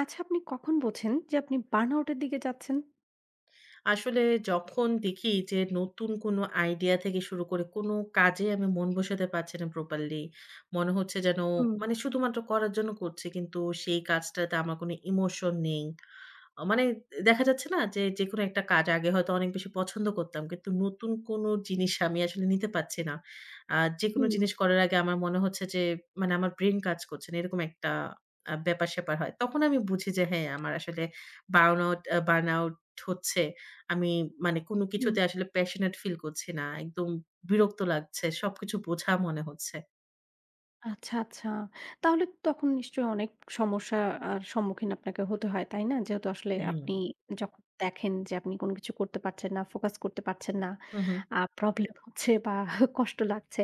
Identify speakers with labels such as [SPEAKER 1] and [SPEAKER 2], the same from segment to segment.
[SPEAKER 1] আচ্ছা, আপনি কখন বোঝেন যে আপনি বার্নআউট এর দিকে যাচ্ছেন?
[SPEAKER 2] আসলে যখন দেখি যে নতুন কোনো আইডিয়া থেকে শুরু করে কোনো কাজে আমি মন বসাতে পারছি না প্রপারলি। মনে হচ্ছে যেন
[SPEAKER 1] হুম,
[SPEAKER 2] মানে শুধুমাত্র করার জন্য করছি। কিন্তু সেই কাজটাতে আমার কোনো ইমোশন নেই। মানে দেখা যাচ্ছে না যে, যেকোনো একটা কাজ আগে হয়তো অনেক বেশি পছন্দ করতাম। কিন্তু নতুন কোনো জিনিস আমি আসলে নিতে পারছি না। আ যেকোনো
[SPEAKER 1] হুম,
[SPEAKER 2] জিনিস করার আগে আমার মনে হচ্ছে যে, মানে আমার ব্রেইন কাজ করছে না। এরকম একটা ব্যাপার-স্যাপার হয়। তখন আমি বুঝি যে, হ্যাঁ, আমার আসলে বার্নআউট হচ্ছে। আমি মানে কোনো
[SPEAKER 1] হুম।
[SPEAKER 2] কিছুতে আসলে প্যাশনেট ফিল করছি না। একদম বিরক্ত লাগছে। সবকিছু বোঝা মনে হচ্ছে।
[SPEAKER 1] আচ্ছা, আচ্ছা। তাহলে তখন নিশ্চয়ই অনেক সমস্যা আর সম্মুখীন আপনাকে হতে হয়, তাই না? যেহেতু আসলে
[SPEAKER 2] হুম।
[SPEAKER 1] আপনি যখন দেখেন যে আপনি কোনো কিছু করতে পারছেন না, ফোকাস করতে পারছেন না,
[SPEAKER 2] হু, হু।
[SPEAKER 1] প্রবলেম হচ্ছে বা কষ্ট লাগছে।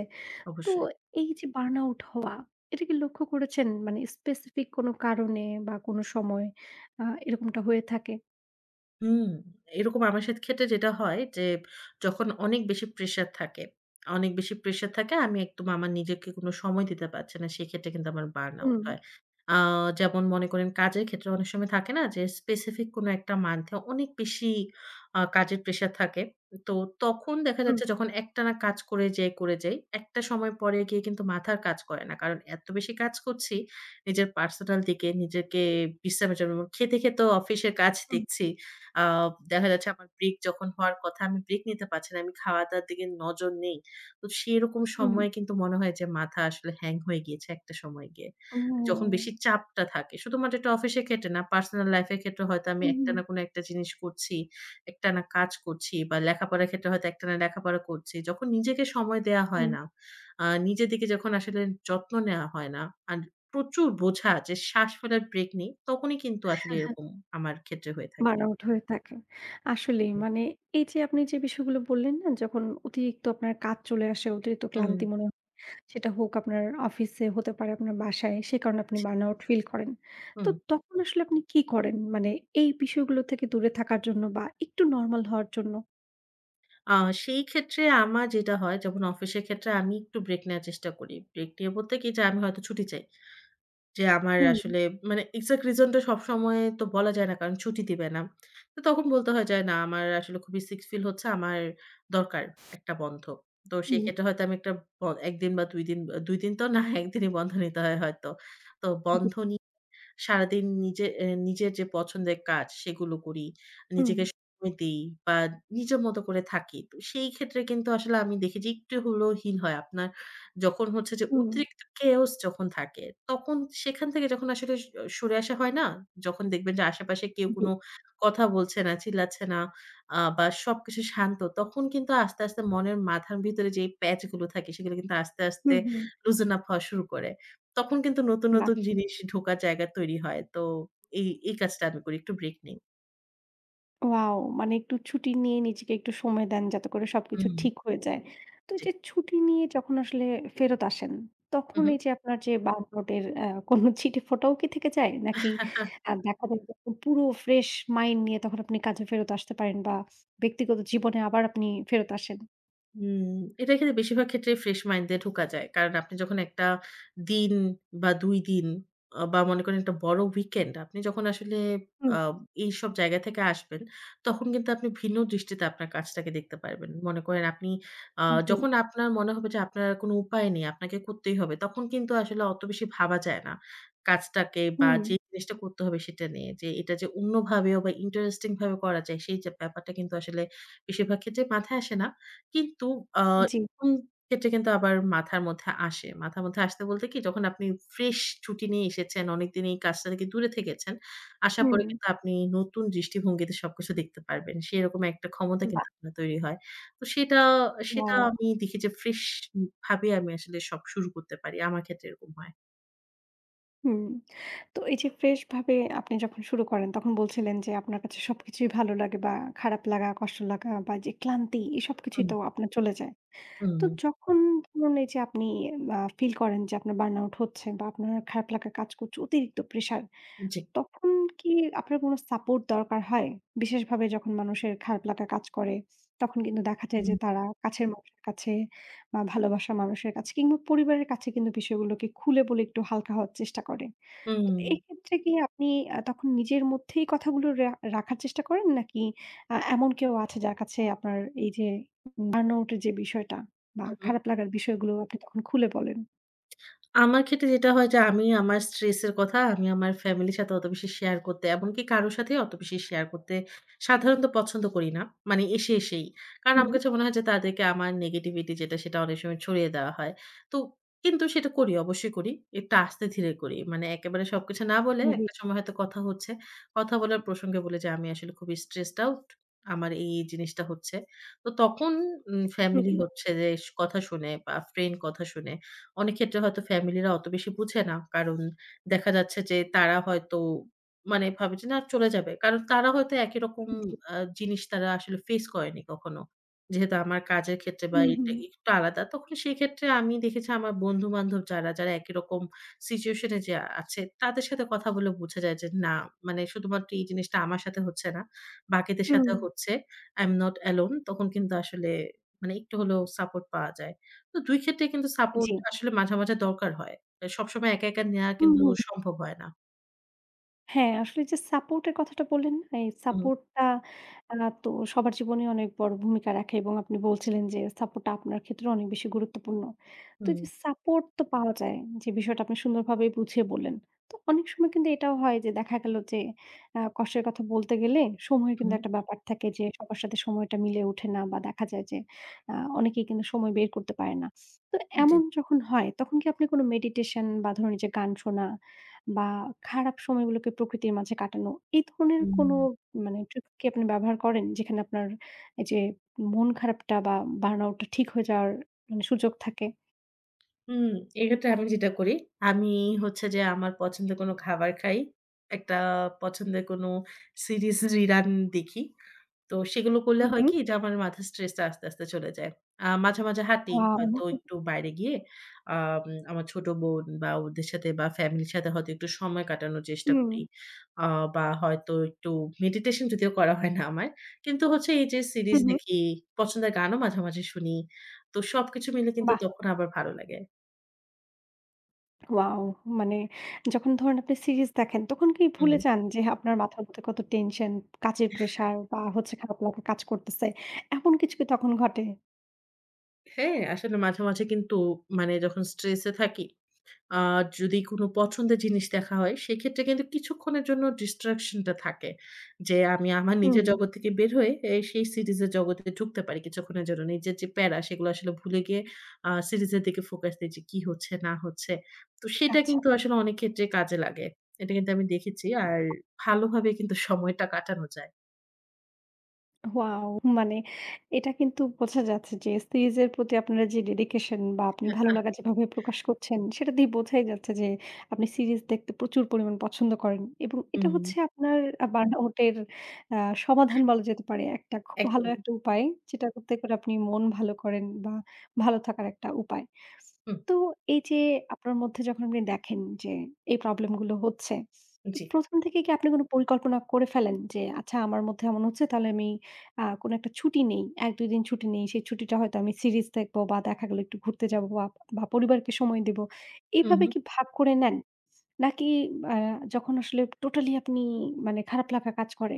[SPEAKER 1] তো
[SPEAKER 2] অবশ্যই।
[SPEAKER 1] এই যে বার্নআউট হওয়া, এটা কি লক্ষ্য করেছেন? মানে স্পেসিফিক কোনো কারণে বা কোনো সময় এরকমটা হয়ে থাকে?
[SPEAKER 2] হুম, এরকম আমার সাথে ক্ষেত্রে যেটা হয় যে, যখন অনেক বেশি প্রেশার থাকে, অনেক বেশি প্রেশার থাকে আমি একদম আমার নিজেকে কোনো সময় দিতে পারছি না। সেক্ষেত্রে কিন্তু আমার বার্ন আউট
[SPEAKER 1] হুম,
[SPEAKER 2] হয়। আ যেমন মনে করেন কাজের ক্ষেত্রে অনেক সময় থাকে না যে, স্পেসিফিক কোনো একটা মান্থে অনেক বেশি কাজের প্রেশার থাকে। তো তখন দেখা
[SPEAKER 1] হুম,
[SPEAKER 2] যাচ্ছে যখন একটানা কাজ করে যাই, করে যাই, একটা সময় পরে গিয়ে কিন্তু মাথা আর কাজ করে না। কারণ এত বেশি কাজ করছি, নিজের পার্সোনাল দিকে নিজেকে বিশ্রামের জন্য খেতে, খেতেও অফিসের কাজ
[SPEAKER 1] হুম,
[SPEAKER 2] দেখছি। আ দেখা যাচ্ছে আমার ব্রেক যখন হওয়ার কথা, আমি ব্রেক নিতে পারছি না। আমি খাওয়া-দাওয়ার দিকে নজর নেই। তো সেরকম
[SPEAKER 1] হুম।
[SPEAKER 2] সময়ে কিন্তু মনে হয় যে মাথা আসলে হ্যাং হয়ে গিয়েছে একটা সময় গিয়ে। যখন
[SPEAKER 1] ও!
[SPEAKER 2] বেশি চাপটা থাকে। শুধুমাত্র এটা অফিসের ক্ষেত্রে না, পার্সোনাল লাইফ এর ক্ষেত্রে হয়তো আমি
[SPEAKER 1] হুম, হুম,
[SPEAKER 2] একটানা কোনো একটা জিনিস করছি, একটানা কাজ করছি বা লেখাপড়ার ক্ষেত্রে হয়তো একটানা লেখাপড়া করছি। যখন নিজেকে সময় দেয়া
[SPEAKER 1] হুম।
[SPEAKER 2] হয় না, নিজের দিকে যখন আসলে যত্ন নেওয়া হয় না, আর প্রচুর বোঝা যে শ্বাস ফেলার ব্রেক নেই, তখনই কিন্তু আসলে এরকম আমার ক্ষেত্রে হয়ে থাকে।
[SPEAKER 1] বার্নআউট হয়ে থাকে। আসলেই
[SPEAKER 2] হুম।
[SPEAKER 1] মানে এই যে আপনি যে বিষয়গুলো বললেন না, যখন অতিরিক্ত আপনার কাজ চলে আসে, অতিরিক্ত
[SPEAKER 2] হুম,
[SPEAKER 1] ক্লান্তি মনে হয়, সেটা হোক আপনার অফিসে, হতে পারে আপনার বাসায়, সে কারণে আপনি বার্নআউট ফিল করেন। তো
[SPEAKER 2] হুম।
[SPEAKER 1] তখন আসলে আপনি কি করেন? মানে এই বিষয়গুলো থেকে দূরে থাকার জন্য বা একটু নরমাল হওয়ার জন্য?
[SPEAKER 2] আ সেই ক্ষেত্রে আমার যেটা হয় যেমন অফিসের ক্ষেত্রে আমি একটু ব্রেক নেয়ার চেষ্টা করি। ব্রেক নিয়ে বলতে কি যে আমি হয়তো ছুটি চাই। যে আমার
[SPEAKER 1] হুম,
[SPEAKER 2] আসলে মানে এক্সাক্ট রিজন টা সবসময় তো বলা যায় না কারণ ছুটি দিবে না। তো তখন বলতে হয় যে না আমার আসলে খুবই সিক ফিল হচ্ছে। আমার দরকার একটা বন্ধ। তো সেই
[SPEAKER 1] হুম,
[SPEAKER 2] ক্ষেত্রে হয়তো আমি একটা ব ১ দিন বা ২ দিন, ২ দিন তো না ১ দিনই বন্ধ নিতে হয় হয়তো। তো
[SPEAKER 1] জি।
[SPEAKER 2] বন্ধ সারাদিন নিজের যে পছন্দের কাজ সেগুলো করি।
[SPEAKER 1] হুম।
[SPEAKER 2] নিজেকে সময় দেই বা নিজের মতো করে থাকি। তো সেই ক্ষেত্রে কিন্তু আসলে আমি দেখেছি একটু হলেও হীন হয়। আপনার যখন হচ্ছে যে
[SPEAKER 1] হুম,
[SPEAKER 2] অতিরিক্ত chaos যখন থাকে, তখন সেখান থেকে যখন আসলে সরে আসা হয় না? যখন দেখবেন যে আশেপাশে কেউ
[SPEAKER 1] জি।
[SPEAKER 2] কোনো কথা বলছে না, চিল্লাচ্ছে না বা সবকিছু শান্ত, তখন কিন্তু আস্তে, আস্তে মনের মাথার ভিতরে যে প্যাচ গুলো থাকে সেগুলো কিন্তু আস্তে, আস্তে
[SPEAKER 1] হুম, হুম।
[SPEAKER 2] loosen up হওয়া শুরু করে। তখন কিন্তু নতুন,
[SPEAKER 1] বাহ!
[SPEAKER 2] নতুন জিনিস ঢোকার জায়গা তৈরি হয়। তো এই কাজটা আমি করি। একটু ব্রেক নেই।
[SPEAKER 1] ওয়াও! মানে একটু ছুটি নিয়ে নিজেকে একটু সময় দেন যাতে করে সবকিছু
[SPEAKER 2] হুম।
[SPEAKER 1] ঠিক হয়ে যায়। তো এই
[SPEAKER 2] জি।
[SPEAKER 1] যে ছুটি নিয়ে যখন আসলে ফেরত আসেন,
[SPEAKER 2] হু,
[SPEAKER 1] তখন
[SPEAKER 2] হু।
[SPEAKER 1] এই যে আপনার যে বার্নআউট এর কোনো ছিটেফোঁটাও কি থেকে যায়? নাকি দেখা যায় যে আপনি পুরো ফ্রেশ মাইন্ড নিয়ে তখন আপনি কাজে ফেরত আসতে পারেন বা ব্যক্তিগত জীবনে আবার আপনি ফেরত আসেন?
[SPEAKER 2] হুম, এটা কিন্তু বেশিরভাগ ক্ষেত্রে ফ্রেশ মাইন্ড দিয়ে ঢোকা যায়। কারণ আপনি যখন একটা দিন বা ২ দিন বা মনে করেন একটা বড় উইকেন্ড আপনি যখন আসলে
[SPEAKER 1] হুম,
[SPEAKER 2] আ এইসব জায়গা থেকে আসবেন, তখন কিন্তু আপনি ভিন্ন দৃষ্টিতে আপনার কাজটাকে দেখতে পারবেন। মনে করেন আপনি আ
[SPEAKER 1] জি,
[SPEAKER 2] যখন আপনার মনে হবে যে আপনার কোনো উপায় নেই, আপনাকে করতেই হবে, তখন কিন্তু আসলে অত বেশি ভাবা যায় না। কাজটাকে বা
[SPEAKER 1] হুম,
[SPEAKER 2] যে জিনিসটা করতে হবে সেটা নিয়ে। যে এটা যে অন্যভাবেও বা ইন্টারেস্টিং ভাবে করা যায় সেই যে ব্যাপারটা কিন্তু আসলে বেশিরভাগ ক্ষেত্রে মাথায় আসে না। কিন্তু আ
[SPEAKER 1] জি,
[SPEAKER 2] এরকম ক্ষেত্রে কিন্তু আবার মাথার মধ্যে আসে। মাথার মধ্যে আসতে বলতে কি যখন আপনি ফ্রেশ ছুটি নিয়ে এসেছেন, অনেকদিন এই কাজটা থেকে দূরে থেকেছেন, আসার পরে
[SPEAKER 1] হুম,
[SPEAKER 2] কিন্তু আপনি নতুন দৃষ্টিভঙ্গিতে সবকিছু দেখতে পারবেন। সেরকম একটা ক্ষমতা কিন্তু
[SPEAKER 1] বাহ!
[SPEAKER 2] আপনার তৈরি হয়। তো সেটা সেটা
[SPEAKER 1] ওয়াও!
[SPEAKER 2] আমি দেখি যে ফ্রেশ ভাবে আমি আসলে সব শুরু করতে পারি। আমার ক্ষেত্রে এরকম হয়।
[SPEAKER 1] হুম। তো এই যে ফ্রেশ ভাবে আপনি যখন শুরু করেন, তখন বলছিলেন যে আপনার কাছে সবকিছুই ভালো লাগে বা খারাপ লাগা, কষ্ট লাগা বা যে ক্লান্তি, এই সবকিছুই
[SPEAKER 2] হুম,
[SPEAKER 1] তো আপনার চলে যায়।
[SPEAKER 2] হুম,
[SPEAKER 1] তো
[SPEAKER 2] হুম।
[SPEAKER 1] যখন ধরুন, এই যে আপনি ফিল করেন যে আপনার বার্ন আউট হচ্ছে বা আপনার খারাপ লাগা কাজ করছে, অতিরিক্ত প্রেশার,
[SPEAKER 2] জি।
[SPEAKER 1] তখন কি আপনার কোনো সাপোর্ট দরকার হয়? বিশেষভাবে যখন মানুষের খারাপ লাগা কাজ করে, তখন কিন্তু দেখা যায়
[SPEAKER 2] হুম,
[SPEAKER 1] যে তারা কাছের মানুষের কাছে বা ভালোবাসার মানুষের কাছে কিংবা পরিবারের কাছে কিন্তু বিষয়গুলোকে খুলে বলে একটু হালকা হওয়ার চেষ্টা করে। তো
[SPEAKER 2] হুম,
[SPEAKER 1] এই ক্ষেত্রে কি আপনি তখন নিজের মধ্যেই কথাগুলো রাখার চেষ্টা করেন? নাকি এমন কেউ আছে যার কাছে আপনার এই যে বার্নআউট এর যে বিষয়টা বা
[SPEAKER 2] হুম।
[SPEAKER 1] খারাপ লাগার বিষয়গুলো আপনি তখন খুলে বলেন?
[SPEAKER 2] আমার ক্ষেত্রে যেটা হয় যে আমি আমার স্ট্রেস এর কথা আমি আমার ফ্যামিলির সাথে অত বেশি শেয়ার করতে এমনকি কারো সাথেই অত বেশি শেয়ার করতে সাধারণত পছন্দ করি না। মানে এসেই। কারণ
[SPEAKER 1] হুম,
[SPEAKER 2] আমার কাছে মনে হয় যে তাদেরকে আমার নেগেটিভিটি যেটা সেটা অনেক সময় ছড়িয়ে দেওয়া হয়। তো কিন্তু সেটা করি, অবশ্যই করি। এটা আস্তে ধীরে করি। মানে একেবারে সবকিছু না বলে
[SPEAKER 1] জি।
[SPEAKER 2] একটা সময় হয়তো কথা হচ্ছে। কথা বলার প্রসঙ্গে বলি যে আমি আসলে খুবই স্ট্রেসড আউট। আমার এই জিনিসটা হচ্ছে। তো তখন
[SPEAKER 1] হুম,
[SPEAKER 2] ফ্যামিলি
[SPEAKER 1] হুম,
[SPEAKER 2] হচ্ছে যে কথা শুনে বা ফ্রেন্ড কথা শুনে অনেক ক্ষেত্রে হয়তো ফ্যামিলিরা অত বেশি বুঝে না। কারণ দেখা যাচ্ছে যে তারা হয়তো মানে ভাবে যে না চলে যাবে। কারণ তারা হয়তো একই রকম জিনিস তারা আসলে ফেস করেনি কখনো। যেহেতু আমার কাজের ক্ষেত্রে বা
[SPEAKER 1] হুম,
[SPEAKER 2] এটা
[SPEAKER 1] হুম।
[SPEAKER 2] একটু আলাদা। তখন সেক্ষেত্রে আমি দেখেছি আমার বন্ধু-বান্ধব যারা, যারা একই রকম সিচুয়েশন এ যে আছে তাদের সাথে কথা বলে বোঝা যায় যে না মানে শুধুমাত্র এই জিনিসটা আমার সাথে হচ্ছে না। বাকিদের
[SPEAKER 1] হুম,
[SPEAKER 2] সাথেও হচ্ছে। I am not alone তখন কিন্তু আসলে মানে একটু হলেও সাপোর্ট পাওয়া যায়। তো ২ ক্ষেত্রে কিন্তু সাপোর্ট
[SPEAKER 1] জি।
[SPEAKER 2] আসলে মাঝে, মাঝে দরকার হয়। এ সবসময় একা, একা নেয়া
[SPEAKER 1] হুম,
[SPEAKER 2] কিন্তু
[SPEAKER 1] হুম।
[SPEAKER 2] সম্ভব হয় না।
[SPEAKER 1] হ্যাঁ, আসলে যে সাপোর্ট এর কথাটা বললেন না? এই
[SPEAKER 2] হুম,
[SPEAKER 1] সাপোর্টটা আ তো সবার জীবনে অনেক বড় ভূমিকা রাখে এবং আপনি বলছিলেন যে সাপোর্টটা আপনার ক্ষেত্রেও অনেক বেশি গুরুত্বপূর্ণ। তো এই
[SPEAKER 2] হুম,
[SPEAKER 1] যে সাপোর্ট তো পাওয়া যায়, যে বিষয়টা আপনি সুন্দরভাবে বুঝিয়ে বললেন। তো অনেক সময় কিন্তু এটাও হয় যে দেখা গেল যে কষ্টের কথা বলতে গেলে সময়ের কিন্তু
[SPEAKER 2] হুম,
[SPEAKER 1] একটা ব্যাপার থাকে যে সবার সাথে সময়টা মিলে ওঠে না বা দেখা যায় যে অনেকেই কিন্তু সময় বের করতে পারে না। তো
[SPEAKER 2] জি।
[SPEAKER 1] এমন যখন হয় তখন কি আপনি কোন মেডিটেশন বা ধরুন এই যে গান শোনা বা খারাপ সময়গুলোকে প্রকৃতির মাঝে কাটানো, এই ধরনের কোনো
[SPEAKER 2] হুম,
[SPEAKER 1] মানে ট্রিক্স কি আপনি ব্যবহার করেন? যেখানে আপনার এই যে মন খারাপটা বা বার্নআউট টা ঠিক হয়ে যাওয়ার মানে সুযোগ থাকে?
[SPEAKER 2] হুম, এক্ষেত্রে আমি যেটা করি, আমি হচ্ছে যে আমার পছন্দের কোনো খাবার খাই। একটা পছন্দের কোনো সিরিজ রিরান দেখি। তো সেগুলো করলে
[SPEAKER 1] হু,
[SPEAKER 2] হয়
[SPEAKER 1] হুম।
[SPEAKER 2] কি যে আমার মাথার স্ট্রেসটা আস্তে, আস্তে চলে যায়। মাঝে, মাঝে হাঁটি।
[SPEAKER 1] ওয়াও!
[SPEAKER 2] হয়তো একটু বাইরে গিয়ে আম আমার ছোট বোন বা ওদের সাথে বা ফ্যামিলির সাথে হয়তো একটু সময় কাটানোর চেষ্টা
[SPEAKER 1] হুম,
[SPEAKER 2] করি। আ বা হয়তো একটু মেডিটেশন যদিও করা হয় না আমার। কিন্তু হচ্ছে এই যে
[SPEAKER 1] হু,
[SPEAKER 2] সিরিজ
[SPEAKER 1] হুম।
[SPEAKER 2] দেখি, পছন্দের গানও মাঝে, মাঝে শুনি। তো সবকিছু মিলে কিন্তু
[SPEAKER 1] বাহ!
[SPEAKER 2] তখন আবার ভালো লাগে।
[SPEAKER 1] ওয়াও! মানে যখন ধরেন আপনি সিরিজ দেখেন, তখন কি
[SPEAKER 2] হুম,
[SPEAKER 1] ভুলে
[SPEAKER 2] হুম।
[SPEAKER 1] যান যে আপনার মাথার মধ্যে কত টেনশন, কাজের প্রেশার বা হচ্ছে খারাপ লাগা কাজ করতেছে? এমন কিছু কি তখন ঘটে?
[SPEAKER 2] হ্যাঁ, আসলে মাঝে, মাঝে কিন্তু মানে যখন স্ট্রেসে থাকি আ যদি কোনো পছন্দের জিনিস দেখা হয়, সেক্ষেত্রে কিন্তু কিছুক্ষণের জন্য distraction টা থাকে। যে আমি আমার
[SPEAKER 1] হুম।
[SPEAKER 2] নিজের জগৎ থেকে বের হয়ে এই সেই সিরিজের জগতে ঢুকতে পারি কিছুক্ষণের জন্য। নিজের যে প্যারা সেগুলো আসলে ভুলে গিয়ে সিরিজের দিকে ফোকাস দেই যে কি হচ্ছে না হচ্ছে। তো সেটা
[SPEAKER 1] আচ্ছা।
[SPEAKER 2] কিন্তু আসলে অনেক ক্ষেত্রে কাজে লাগে। এটা কিন্তু আমি দেখেছি। আর ভালোভাবে কিন্তু সময়টা কাটানো যায়।
[SPEAKER 1] ওয়াও! মানে এটা কিন্তু বোঝা যাচ্ছে যে সিরিজের প্রতি আপনার যে ডেডিকেশন বা আপনি ভালো লাগা যেভাবে প্রকাশ করছেন, সেটা দিয়ে বোঝাই যাচ্ছে যে আপনি সিরিজ দেখতে প্রচুর পরিমাণ পছন্দ করেন এবং এটা
[SPEAKER 2] হুম,
[SPEAKER 1] হচ্ছে আপনার বার্নআউটের আ সমাধান বলা যেতে পারে। একটা খুব ভালো
[SPEAKER 2] একদম।
[SPEAKER 1] একটা উপায়, যেটা করতে করে আপনি মন ভালো করেন বা ভালো থাকার একটা উপায়।
[SPEAKER 2] হুম,
[SPEAKER 1] তো এই যে আপনার মধ্যে যখন আপনি দেখেন যে এই প্রবলেম গুলো হচ্ছে, তো
[SPEAKER 2] জি।
[SPEAKER 1] ১ম থেকে কি আপনি কোন পরিকল্পনা করে ফেলেন যে আচ্ছা আমার মধ্যে এমন হচ্ছে, তাহলে আমি কোনো একটা ছুটি নেই। ১-২ দিন ছুটি নেই। সেই ছুটিটা হয়তো আমি সিরিজ দেখব বা দেখা গেল একটু ঘুরতে যাব বা বা পরিবারকে সময় দেব।
[SPEAKER 2] হুম,
[SPEAKER 1] এভাবে
[SPEAKER 2] হুম।
[SPEAKER 1] কি ভাগ করে নেন? নাকি আ যখন আসলে টোটালি আপনি মানে খারাপ লাগা কাজ করে,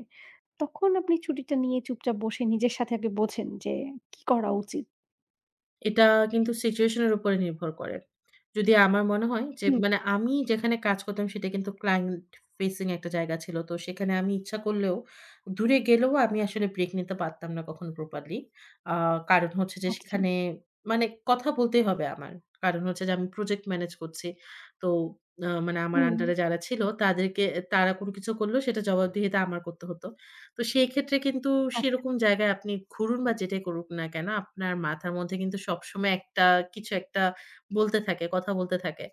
[SPEAKER 1] তখন আপনি ছুটিটা নিয়ে চুপচাপ বসে নিজের সাথে আগে বোঝেন যে কি করা উচিত?
[SPEAKER 2] এটা কিন্তু সিচুয়েশন এর উপরে নির্ভর করে। যদি আমার মনে হয় যে
[SPEAKER 1] হুম,
[SPEAKER 2] মানে আমি যেখানে কাজ করতাম সেটা কিন্তু ক্লায়েন্ট ফেসিং একটা জায়গা ছিল। তো সেখানে আমি ইচ্ছা করলেও দূরে গেলেও আমি আসলে ব্রেক নিতে পারতাম না কখনো প্রপারলি। আ কারণ হচ্ছে যে
[SPEAKER 1] আচ্ছা।
[SPEAKER 2] সেখানে মানে কথা বলতেই হবে আমার। কারণ হচ্ছে যে আমি প্রজেক্ট ম্যানেজ করছি। তো মানে আমার
[SPEAKER 1] হুম,
[SPEAKER 2] আন্ডারে যারা ছিল তাদেরকে তারা কোনো কিছু করলেও সেটা জবাবদিহিতা আমার করতে হতো। তো সেই ক্ষেত্রে কিন্তু
[SPEAKER 1] আচ্ছা,
[SPEAKER 2] সেরকম জায়গায় আপনি ঘুরুন বা যেটাই করুক না কেন, আপনার মাথার মধ্যে কিন্তু সবসময় একটা কিছু একটা বলতে থাকে, কথা বলতে থাকে।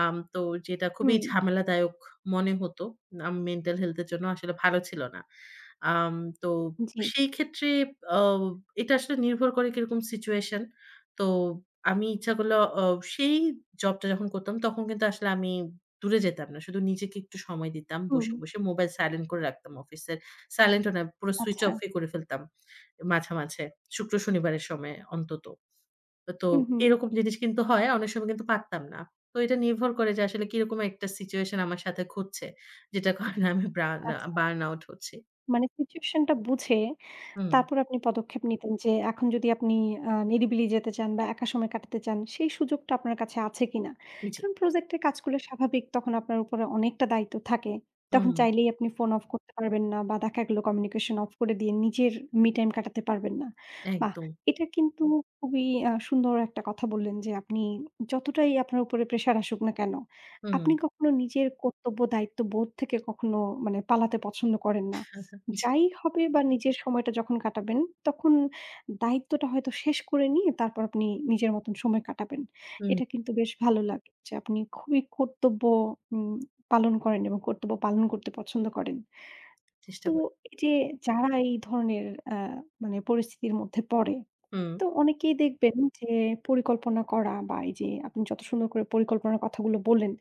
[SPEAKER 2] তো যেটা খুবই
[SPEAKER 1] হুম,
[SPEAKER 2] ঝামেলাদায়ক মনে হতো। মেন্টাল হেলথ এর জন্য আসলে ভালো ছিল না। আম তো
[SPEAKER 1] জি,
[SPEAKER 2] সেই ক্ষেত্রে অ এটা আসলে নির্ভর করে কিরকম সিচুয়েশন। তো আমি ইচ্ছা করলে অ সেই জবটা যখন করতাম তখন কিন্তু আসলে আমি দূরে যেতাম না। শুধু নিজেকে একটু সময় দিতাম।
[SPEAKER 1] হুম,
[SPEAKER 2] বসে, বসে মোবাইল সাইলেন্ট করে রাখতাম অফিসের। সাইলেন্ট ও না পুরো সুইচ
[SPEAKER 1] আচ্ছা,
[SPEAKER 2] অফই করে ফেলতাম মাঝে, মাঝে। শুক্র শনিবারের সময় অন্তত। তো
[SPEAKER 1] হুম, হুম,
[SPEAKER 2] এরকম জিনিস কিন্তু হয়। অনেক সময় কিন্তু পারতাম না। তো এটা নির্ভর করে যে আসলে কিরকম একটা সিচুয়েশন আমার সাথে ঘটছে। যেটার কারণে আমি
[SPEAKER 1] আচ্ছা।
[SPEAKER 2] বার্ন আউট হচ্ছি।
[SPEAKER 1] মানে সিচুয়েশনটা বুঝে
[SPEAKER 2] হুম,
[SPEAKER 1] তারপর আপনি পদক্ষেপ নিতেন যে এখন যদি আপনি নিরিবিলি যেতে চান বা একা সময় কাটাতে চান, সেই সুযোগটা আপনার কাছে আছে কিনা?
[SPEAKER 2] জি।
[SPEAKER 1] কারণ প্রজেক্টের কাজগুলো স্বাভাবিক, তখন আপনার উপরে অনেকটা দায়িত্ব থাকে। তখন
[SPEAKER 2] হুম,
[SPEAKER 1] চাইলেই আপনি ফোন অফ করতে পারবেন না বা দেখা গেল কমিউনিকেশন অফ করে দিয়ে নিজের মি টাইম কাটাতে পারবেন না। বাহ!
[SPEAKER 2] একদম।
[SPEAKER 1] এটা কিন্তু খুবই সুন্দর একটা কথা বললেন যে আপনি যতটাই আপনার উপরে প্রেশার আসুক না কেন,
[SPEAKER 2] হুম,
[SPEAKER 1] আপনি কখনো নিজের কর্তব্য দায়িত্ববোধ থেকে কখনো মানে পালাতে পছন্দ করেন না।
[SPEAKER 2] জি।
[SPEAKER 1] যাই হবে বা নিজের সময়টা যখন কাটাবেন, তখন দায়িত্বটা হয়তো শেষ করে নিয়ে তারপর আপনি নিজের মতন সময় কাটাবেন।
[SPEAKER 2] হুম,
[SPEAKER 1] এটা কিন্তু বেশ ভালো লাগে যে আপনি খুবই কর্তব্য উম পালন করেন এবং কর্তব্য পালন করতে পছন্দ করেন।
[SPEAKER 2] চেষ্টা
[SPEAKER 1] তো
[SPEAKER 2] করি।
[SPEAKER 1] এই যে যারা এই ধরনের আ মানে পরিস্থিতির মধ্যে পড়ে,
[SPEAKER 2] হুম,
[SPEAKER 1] তো অনেকেই দেখবেন যে পরিকল্পনা করা বা এই যে আপনি যত সুন্দর করে পরিকল্পনার কথাগুলো বললেন,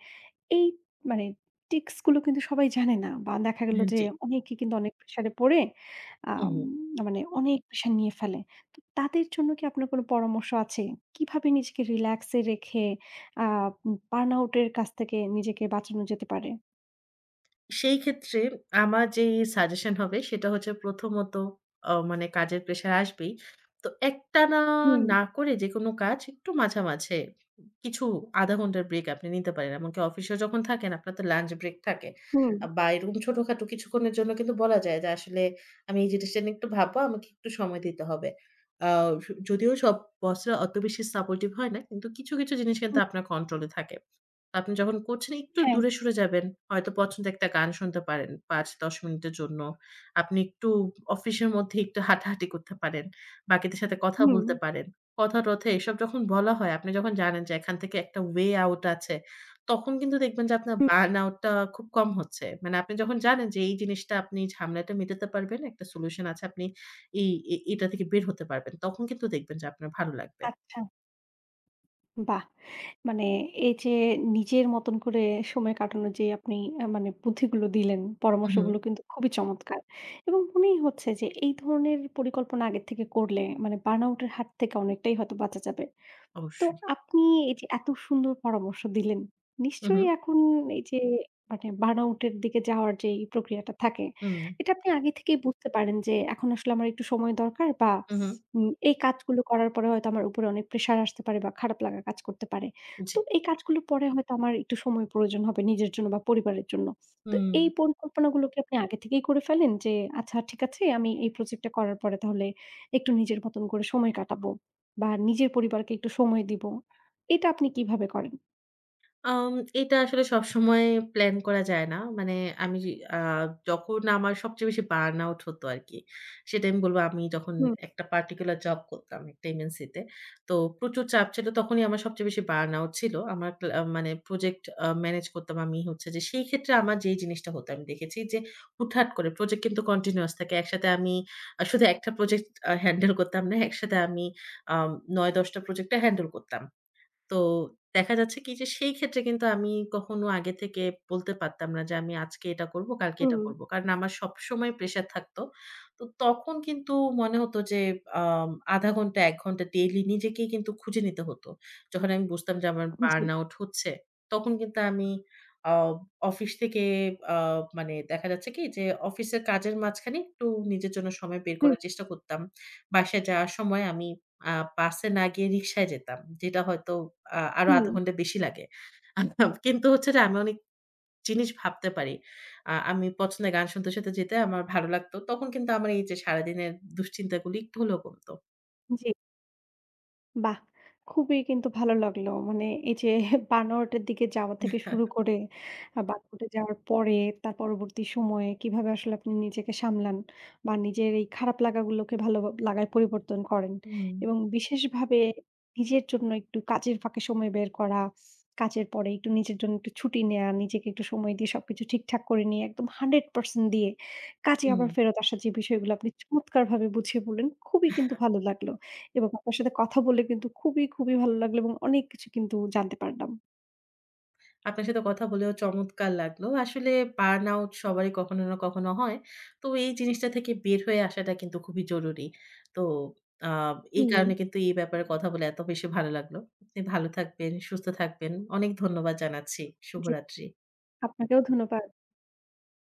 [SPEAKER 1] এই মানে টিক্স গুলো কিন্তু সবাই জানে না বা দেখা গেল
[SPEAKER 2] হ্যাঁ,
[SPEAKER 1] যে
[SPEAKER 2] জি।
[SPEAKER 1] অনেকে কিন্তু অনেক প্রেশারে পড়ে আম
[SPEAKER 2] হুম।
[SPEAKER 1] মানে অনেক প্রেশার নিয়ে ফেলে। তো তাদের জন্য কি আপনার কোনো পরামর্শ আছে? কিভাবে নিজেকে রিল্যাক্স এ রেখে আ বার্ন আউট এর কাছ থেকে নিজেকে বাঁচানো যেতে পারে?
[SPEAKER 2] সেই ক্ষেত্রে আমার যেই সাজেশন হবে সেটা হচ্ছে প্রথমত মানে কাজের প্রেশার আসবেই। তো একটানা
[SPEAKER 1] হুম,
[SPEAKER 2] না করে যেকোনো কাজ একটু মাঝামাঝি কিছু ০.৫ ঘন্টার ব্রেক আপনি নিতে পারেন। এমনকি অফিসেও যখন থাকেন আপনার তো লাঞ্চ ব্রেক থাকে।
[SPEAKER 1] হুম,
[SPEAKER 2] বা এরকম ছোটখাটো কিছুক্ষণের জন্য কিন্তু বলা যায় যে আসলে আমি এই জিনিসটা নিয়ে একটু ভাববো, আমাকে একটু সময় দিতে হবে। আ যদিও সব বসরা অত বেশি সাপোর্টিভ হয় না কিন্তু কিছু, কিছু জিনিস কিন্তু
[SPEAKER 1] হুম,
[SPEAKER 2] আপনার কন্ট্রোলে থাকে। আপনি যখন করছেন একটু
[SPEAKER 1] হ্যাঁ,
[SPEAKER 2] দূরে সরে যাবেন। হয়তো পছন্দের একটা গান শুনতে পারেন ৫-১০ মিনিটের জন্য। আপনি একটু অফিসের মধ্যে একটু হাঁটাহাঁটি করতে পারেন। বাকিদের সাথে কথা
[SPEAKER 1] হুম,
[SPEAKER 2] বলতে পারেন। কথা-টথা এসব যখন বলা হয়, আপনি যখন জানেন যে এখান থেকে একটা ওয়ে আউট আছে, তখন কিন্তু দেখবেন যে আপনার
[SPEAKER 1] হুম,
[SPEAKER 2] বার্ন আউট টা খুব কম হচ্ছে। মানে আপনি যখন জানেন যে এই জিনিসটা আপনি ঝামেলাটা মেটাতে পারবেন, একটা সলিউশন আছে, আপনি এই এ এটা থেকে বের হতে পারবেন। তখন কিন্তু দেখবেন যে আপনার ভালো লাগবে।
[SPEAKER 1] আচ্ছা। বাহ! মানে এই যে নিজের মতন করে সময় কাটানোর যে আপনি মানে বুদ্ধিগুলো দিলেন,
[SPEAKER 2] হু, হু।
[SPEAKER 1] পরামর্শগুলো কিন্তু খুবই চমৎকার। এবং মনেই হচ্ছে যে এই ধরনের পরিকল্পনা আগের থেকে করলে মানে বার্নআউট এর হাত থেকে অনেকটাই হয়তো বাঁচা যাবে। তো
[SPEAKER 2] অবশ্যই।
[SPEAKER 1] আপনি এই যে এত সুন্দর পরামর্শ দিলেন,
[SPEAKER 2] হু, হু।
[SPEAKER 1] নিশ্চয়ই এখন এই যে মানে বার্নআউট এর দিকে যাওয়ার যে এই প্রক্রিয়াটা থাকে,
[SPEAKER 2] হুম,
[SPEAKER 1] এটা আপনি আগে থেকেই বুঝতে পারেন যে এখন আসলে আমার একটু সময় দরকার বা
[SPEAKER 2] হু, হু।
[SPEAKER 1] এই কাজগুলো করার পরে হয়তো আমার উপরে অনেক প্রেশার আসতে পারে বা খারাপ লাগা কাজ করতে পারে।
[SPEAKER 2] জি।
[SPEAKER 1] তো এই কাজগুলোর পরে হয়তো আমার একটু সময় প্রয়োজন হবে নিজের জন্য বা পরিবারের জন্য। তো
[SPEAKER 2] হুম।
[SPEAKER 1] এই পরিকল্পনাগুলো কি আপনি আগে থেকেই করে ফেলেন যে আচ্ছা ঠিক আছে, আমি এই প্রজেক্টটা করার পরে তাহলে একটু নিজের মতন করে সময় কাটাবো? বা নিজের পরিবারকে একটু সময় দিব। এটা আপনি কিভাবে করেন?
[SPEAKER 2] আম এটা আসলে সবসময় প্ল্যান করা যায় না। মানে আমি আ যখন আমার সবচেয়ে বেশি বার্ন আউট হতো আরকি। সেটা আমি বলব আমি যখন
[SPEAKER 1] হুম,
[SPEAKER 2] একটা পার্টিকুলার জব করতাম একটা এমএনসি তে। তো প্রচুর চাপ ছিল। তখনই আমার সবচেয়ে বেশি বার্ন আউট ছিল। আমার মানে প্রজেক্ট ম্যানেজ করতাম আমি হচ্ছে যে সেই ক্ষেত্রে আমার যেই জিনিসটা হতো আমি দেখেছি যে হুটহাট করে প্রজেক্ট কিন্তু কন্টিনিউয়াস থাকে। একসাথে আমি শুধু একটা প্রজেক্ট হ্যান্ডেল করতাম না। একসাথে আমি আম ৯-১০ টা প্রজেক্ট টা হ্যান্ডেল করতাম। তো দেখা যাচ্ছে কি যে সেই ক্ষেত্রে কিন্তু আমি কখনো আগে থেকে বলতে পারতাম না যে আমি আজকে এটা করব, কালকে এটা
[SPEAKER 1] হুম।
[SPEAKER 2] করব। কারণ আমার সবসময় প্রেশার থাকতো। তো তখন কিন্তু মনে হতো যে ০.৫ ঘন্টা ১ ঘন্টা ডেইলি নিজেকেই কিন্তু খুঁজে নিতে হতো। যখন আমি বুঝতাম যে আমার
[SPEAKER 1] জি।
[SPEAKER 2] বার্ন আউট হচ্ছে, তখন কিন্তু আমি আ অফিস থেকে আ মানে দেখা যাচ্ছে কি যে অফিসের কাজের মাঝখানে একটু নিজের জন্য সময় বের
[SPEAKER 1] হুম,
[SPEAKER 2] করার চেষ্টা করতাম। বাসায় যাওয়ার সময় আমি আ বাসে না গিয়ে রিক্সায় যেতাম। যেটা হয়তো আরো
[SPEAKER 1] হুম।
[SPEAKER 2] ০.৫ ঘন্টা বেশি লাগে। কিন্তু হচ্ছে যে আমি অনেক জিনিস ভাবতে পারি। আমি পছন্দের গান শুনতে, শুনতে যেতে আমার ভালো লাগতো। তখন কিন্তু আমার এই যে সারাদিনের দুশ্চিন্তাগুলি একটু হলেও কমতো।
[SPEAKER 1] জি। বাহ! খুবই কিন্তু ভালো লাগলো। মানে এই যে বানোয়াটের দিকে যাওয়া থেকে শুরু করে বানকোটে যাওয়ার পরে তার পরবর্তী সময়ে কিভাবে আসলে আপনি নিজেকে সামলান বা নিজের এই খারাপ লাগাগুলোকে ভালো লাগায় পরিবর্তন করেন
[SPEAKER 2] হুম,
[SPEAKER 1] এবং বিশেষভাবে নিজের জন্য একটু কাজের ফাঁকে সময় বের করা, কাজের পরে একটু নিজের জন্য একটু ছুটি নেয়া, নিজেকে একটু সময় দিয়ে সবকিছু ঠিকঠাক করে নিয়ে একদম 100% দিয়ে কাজে
[SPEAKER 2] হুম।
[SPEAKER 1] আবার ফেরত আসা, যে বিষয়গুলো আপনি চমৎকারভাবে বুঝিয়ে বললেন, খুবই কিন্তু ভালো লাগলো। এবং আপনার সাথে কথা বলে কিন্তু খুবই, খুবই ভালো লাগলো এবং অনেক কিছু কিন্তু জানতে পারলাম।
[SPEAKER 2] আপনার সাথে কথা বলেও চমৎকার লাগলো। আসলে বার্ন আউট সবারই কখনো না কখনো হয়। তো এই জিনিসটা থেকে বের হয়ে আসাটা কিন্তু খুবই জরুরি। তো আ এই
[SPEAKER 1] হুম।
[SPEAKER 2] কারণে কিন্তু এই ব্যাপারে কথা বলে এত বেশি ভালো লাগলো। আপনি ভালো থাকবেন, সুস্থ থাকবেন। অনেক ধন্যবাদ জানাচ্ছি।
[SPEAKER 1] জি,
[SPEAKER 2] শুভরাত্রি।
[SPEAKER 1] আপনাকেও ধন্যবাদ।